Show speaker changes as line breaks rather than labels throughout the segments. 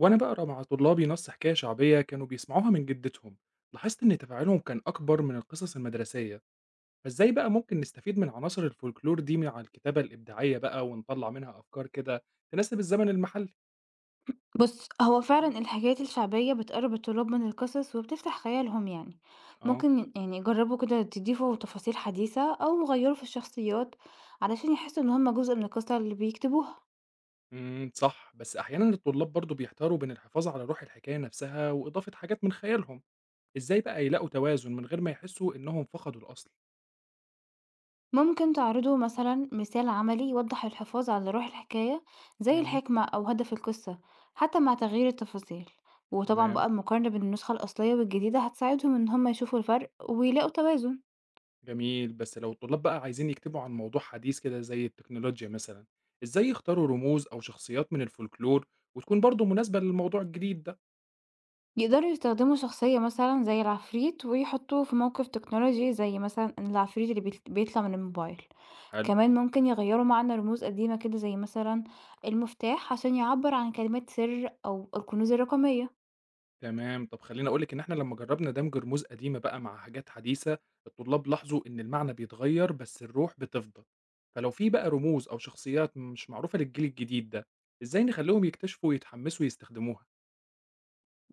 وأنا بقرا مع طلابي نص حكاية شعبية كانوا بيسمعوها من جدتهم، لاحظت إن تفاعلهم كان أكبر من القصص المدرسية. فإزاي بقى ممكن نستفيد من عناصر الفولكلور دي مع الكتابة الإبداعية بقى ونطلع منها أفكار كده تناسب الزمن المحلي؟
بُص، هو فعلًا الحكايات الشعبية بتقرّب الطلاب من القصص وبتفتح خيالهم يعني،
آه،
ممكن يعني جرّبوا كده تضيفوا تفاصيل حديثة أو غيّروا في الشخصيات علشان يحسّوا إن هم جزء من القصة اللي بيكتبوها.
صح، بس أحيانا الطلاب برضو بيحتاروا بين الحفاظ على روح الحكاية نفسها وإضافة حاجات من خيالهم. إزاي بقى يلاقوا توازن من غير ما يحسوا إنهم فقدوا الأصل؟
ممكن تعرضوا مثلًا مثال عملي يوضّح الحفاظ على روح الحكاية زي
امم
الحكمة أو هدف القصة، حتى مع تغيير التفاصيل. وطبعًا بقى
تمام،
المقارنة بين النسخة الأصلية والجديدة هتساعدهم إن هم يشوفوا الفرق ويلاقوا توازن.
جميل، بس لو الطلاب بقى عايزين يكتبوا عن موضوع حديث كده زي التكنولوجيا مثلًا، إزاي يختاروا رموز أو شخصيات من الفولكلور وتكون برضه مناسبة للموضوع الجديد ده؟
يقدروا يستخدموا شخصية مثلًا زي العفريت، ويحطوه في موقف تكنولوجي زي مثلًا إن العفريت اللي بيت بيطلع من الموبايل،
حلو،
كمان ممكن يغيروا معنى رموز قديمة كده زي مثلًا المفتاح عشان يعبر عن كلمات سر أو الكنوز الرقمية،
تمام، طب خلّيني أقول لِك إن إحنا لمّا جرّبنا دمج رموز قديمة بقى مع حاجات حديثة، الطلاب لاحظوا إن المعنى بيتغير بس الروح بتفضل، فلو في بقى رموز أو شخصيات مش معروفة للجيل الجديد ده، إزاي نخلّيهم يكتشفوا ويتحمسوا يستخدموها؟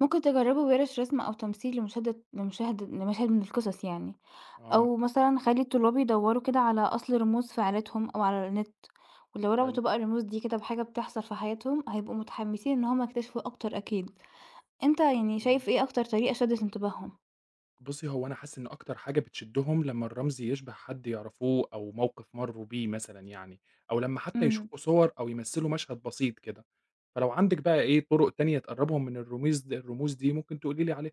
ممكن تجربوا ورش رسم أو تمثيل لمشاهد من القصص يعني،
آه،
أو مثلًا خلي الطلاب يدوروا كده على أصل رموز في عيلتهم أو على النت، ولو
حلو.
ربطوا بقى الرموز دي كده بحاجة بتحصل في حياتهم هيبقوا متحمسين إن هما يكتشفوا أكتر أكيد. أنت يعني
إمم.
شايف إيه أكتر طريقة شدت انتباههم؟
بُصّي، هو أنا حاسس إن أكتر حاجة بتشدّهم لمّا الرمز يشبه حد يعرفوه أو موقف مرّوا بيه مثلًا يعني، أو لمّا حتى
إمم،
يشوفوا صور أو يمثّلوا مشهد بسيط كده، فلو عندِك بقى إيه طُرق تانية تقرّبهم من الرموز الرموز دي ممكن تقولي لي عليها.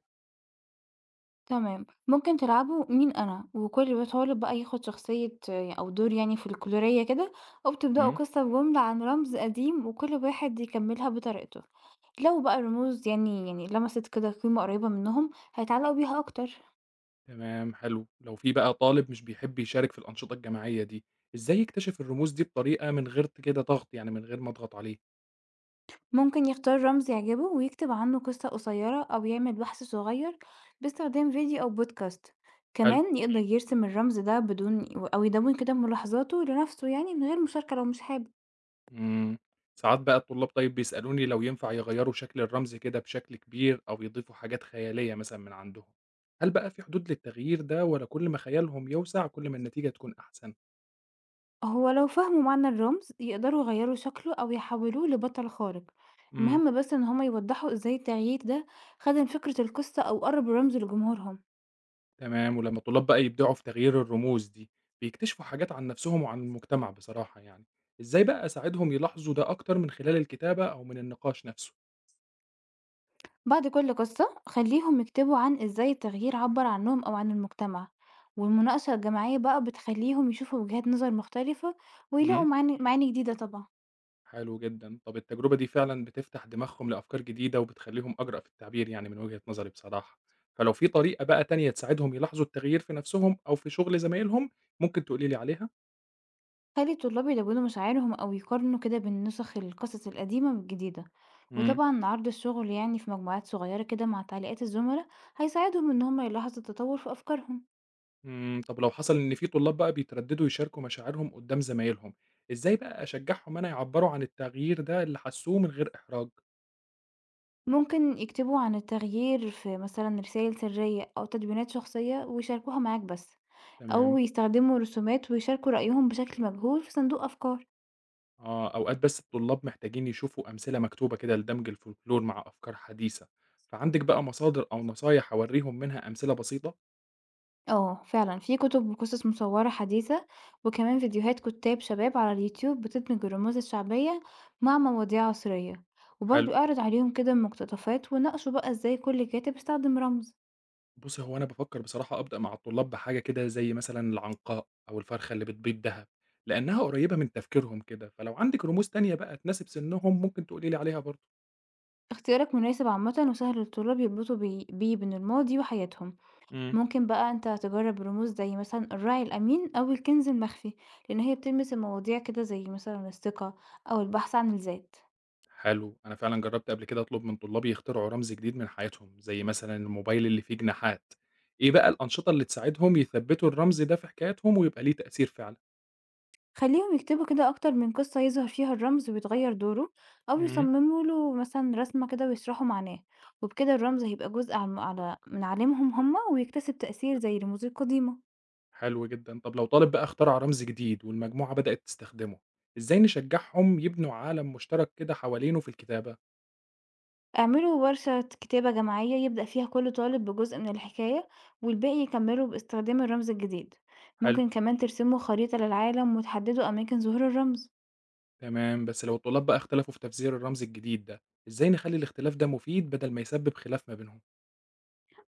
تمام. ممكن تلعبوا مين أنا، وكل طالب بقى ياخد شخصية آه، أو دور يعني فولكلورية كده، أو تبدأوا
إمم.
قصة بجملة عن رمز قديم وكل واحد يكملها بطريقته. لو بقى الرموز يعني لمست كده قيمة قريبة منهم، هيتعلقوا بيها أكتر.
تمام حلو، لو في بقى طالب مش بيحب يشارك في الأنشطة الجماعية دي، إزاي يكتشف الرموز دي بطريقة من غير كده ضغط، يعني من غير ما أضغط عليه؟
ممكن يختار رمز يعجبه ويكتب عنه قصة قصيرة أو يعمل بحث صغير باستخدام فيديو أو بودكاست،
حلو.
كمان يقدر يرسم الرمز ده بدون، أو يدون كده ملاحظاته لنفسه يعني من غير مشاركة لو مش حابب.
إمم، ساعات بقى الطلاب طيب بيسألوني لو ينفع يغيّروا شكل الرمز كده بشكل كبير أو يضيفوا حاجات خيالية مثلًا من عندهم، هل بقى في حدود للتغيير ده والّا كل ما خيالهم يوسع كل ما النتيجة تكون أحسن؟
هو لو فهموا معنى الرمز يقدروا يغيروا شكله أو يحولوه لبطل خارق.
إمم.
المهم بس إن هما يوضحوا إزاي التغيير ده خدم فكرة القصة أو قرب الرمز لجمهورهم.
تمام، ولمّا الطلاب بقى يبدعوا في تغيير الرموز دي، بيكتشفوا حاجات عن نفسهم وعن المجتمع بصراحة يعني، إزاي بقى أساعدهم يلاحظوا ده أكتر من خلال الكتابة أو من النقاش نفسه؟
بعد كل قصة خليهم يكتبوا عن ازاي التغيير عبر عنهم أو عن المجتمع، والمناقشة الجماعية بقى بتخليهم يشوفوا وجهات نظر مختلفة ويلاقوا
إمم.
معاني جديدة طبعا.
حلو جدًا. طَب التجربة دي فعلًا بتفتح دماغهم لأفكار جديدة وبتخلّيهم أجرأ في التعبير يعني من وجهة نظري بصراحة. فلو في طريقة بقى تانية تساعدهم يلاحظوا التغيير في نَفْسهم أو في شُغل زمايلهم، ممكن تقولي لي عليها؟
خلي الطلاب يلونوا مشاعرهم أو يقارنوا كده بين نسخ القصص القديمة والجديدة،
إمم.
وطبعا عرض الشغل يعني في مجموعات صغيرة كده مع تعليقات الزملاء هيساعدهم إن هم يلاحظوا التطور في أفكارهم.
طَب لو حصل إن في طلاب بقى بيتردّدوا يشاركوا مشاعرهم قُدّام زمايلهم، إزاي بقى أشجّعهم أنا يعبّروا عن التغيير ده اللي حسّوه من غير إحراج؟
ممكن يكتبوا عن التغيير في مثلا رسائل سرية أو تدوينات شخصية ويشاركوها معاك بس،
تمام.
أو يستخدموا رسومات ويشاركوا رأيهم بشكل مجهول في صندوق أفكار.
آه، أوقات بس الطلاب محتاجين يشوفوا أمثلة مكتوبة كده لدمج الfolklore مع أفكار حديثة، فعندِك بقى مصادر أو نصايح أورّيهم منها أمثلة بسيطة؟
اه فعلا في كتب وقصص مصورة حديثة، وكمان فيديوهات كتاب شباب على اليوتيوب بتدمج الرموز الشعبية مع مواضيع عصرية،
حلو.
وبرضو اعرض عليهم كده مقتطفات وناقشوا بقى ازاي كل كاتب استخدم رمز.
بُصّي، هو أنا بافكّر بصراحة أبدأ مع الطلاب بحاجة كده زي مثلًا العنقاء أو الفرخة اللي بتبيض دهب، لإنّها قريّبة من تفكيرهم كده، فلو عندِك رموز تانية بقى تناسب سنّهم ممكن تقولي لي عليها برضه.
اختيارك مناسب عامة وسهل للطلاب يربطوا بيه بين الماضي وحياتهم.
إمم.
ممكن بقى انت تجرب رموز زي مثلا الراعي الأمين أو الكنز المخفي، لأن هي بتلمس المواضيع كده زي مثلا الثقة أو البحث عن الذات.
حلو، أنا فعلًا جرّبت قبل كده أطلب من طلابي يخترعوا رمز جديد من حياتهم، زي مثلًا الموبايل اللي فيه جناحات، إيه بقى الأنشطة اللي تساعدهم يثبّتوا الرمز ده في حكاياتهم ويبقى ليه تأثير فعلًا؟
خليهم يكتبوا كده أكتر من قصة يظهر فيها الرمز ويتغير دوره، أو يصمموا له مثلا رسمة كده ويشرحوا معناه، وبكده الرمز هيبقى جزء من عالمهم هما ويكتسب تأثير زي رموز القديمة.
حلو جدًا. طب لو طالب بقى اخترع رمز جديد والمجموعة بدأت تستخدمه، إزاي نشجعهم يبنوا عالم مشترك كده حوالينه في الكتابة؟
اعملوا ورشة كتابة جماعية يبدأ فيها كل طالب بجزء من الحكاية والباقي يكملوا باستخدام الرمز الجديد،
حلو،
ممكن كمان ترسموا خريطة للعالم وتحددوا أماكن ظهور الرمز.
تمام. بس لو الطلاب بقى اختلفوا في تفسير الرمز الجديد ده، إزاي نخلي الاختلاف ده مفيد بدل ما يسبب خلاف ما بينهم؟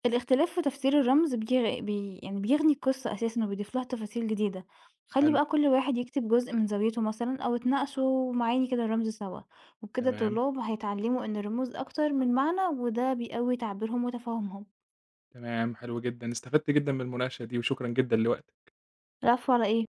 الاختلاف في تفسير الرمز بيغ... بي... يعني بيغني القصة أساسا وبيضيف لها تفاصيل جديدة. خلي
حلو،
بقى كل واحد يكتب جزء من زاويته مثلا أو اتناقشوا معاني كده الرمز سوا، وبكده
تمام،
الطلاب هيتعلموا إن الرموز أكتر من معنى وده بيقوي تعبيرهم وتفاهمهم.
تمام، حلو جدًا. استفدت جدًا من المناقشة دي وشكرًا جدًا لوقتك.
العفو على إيه.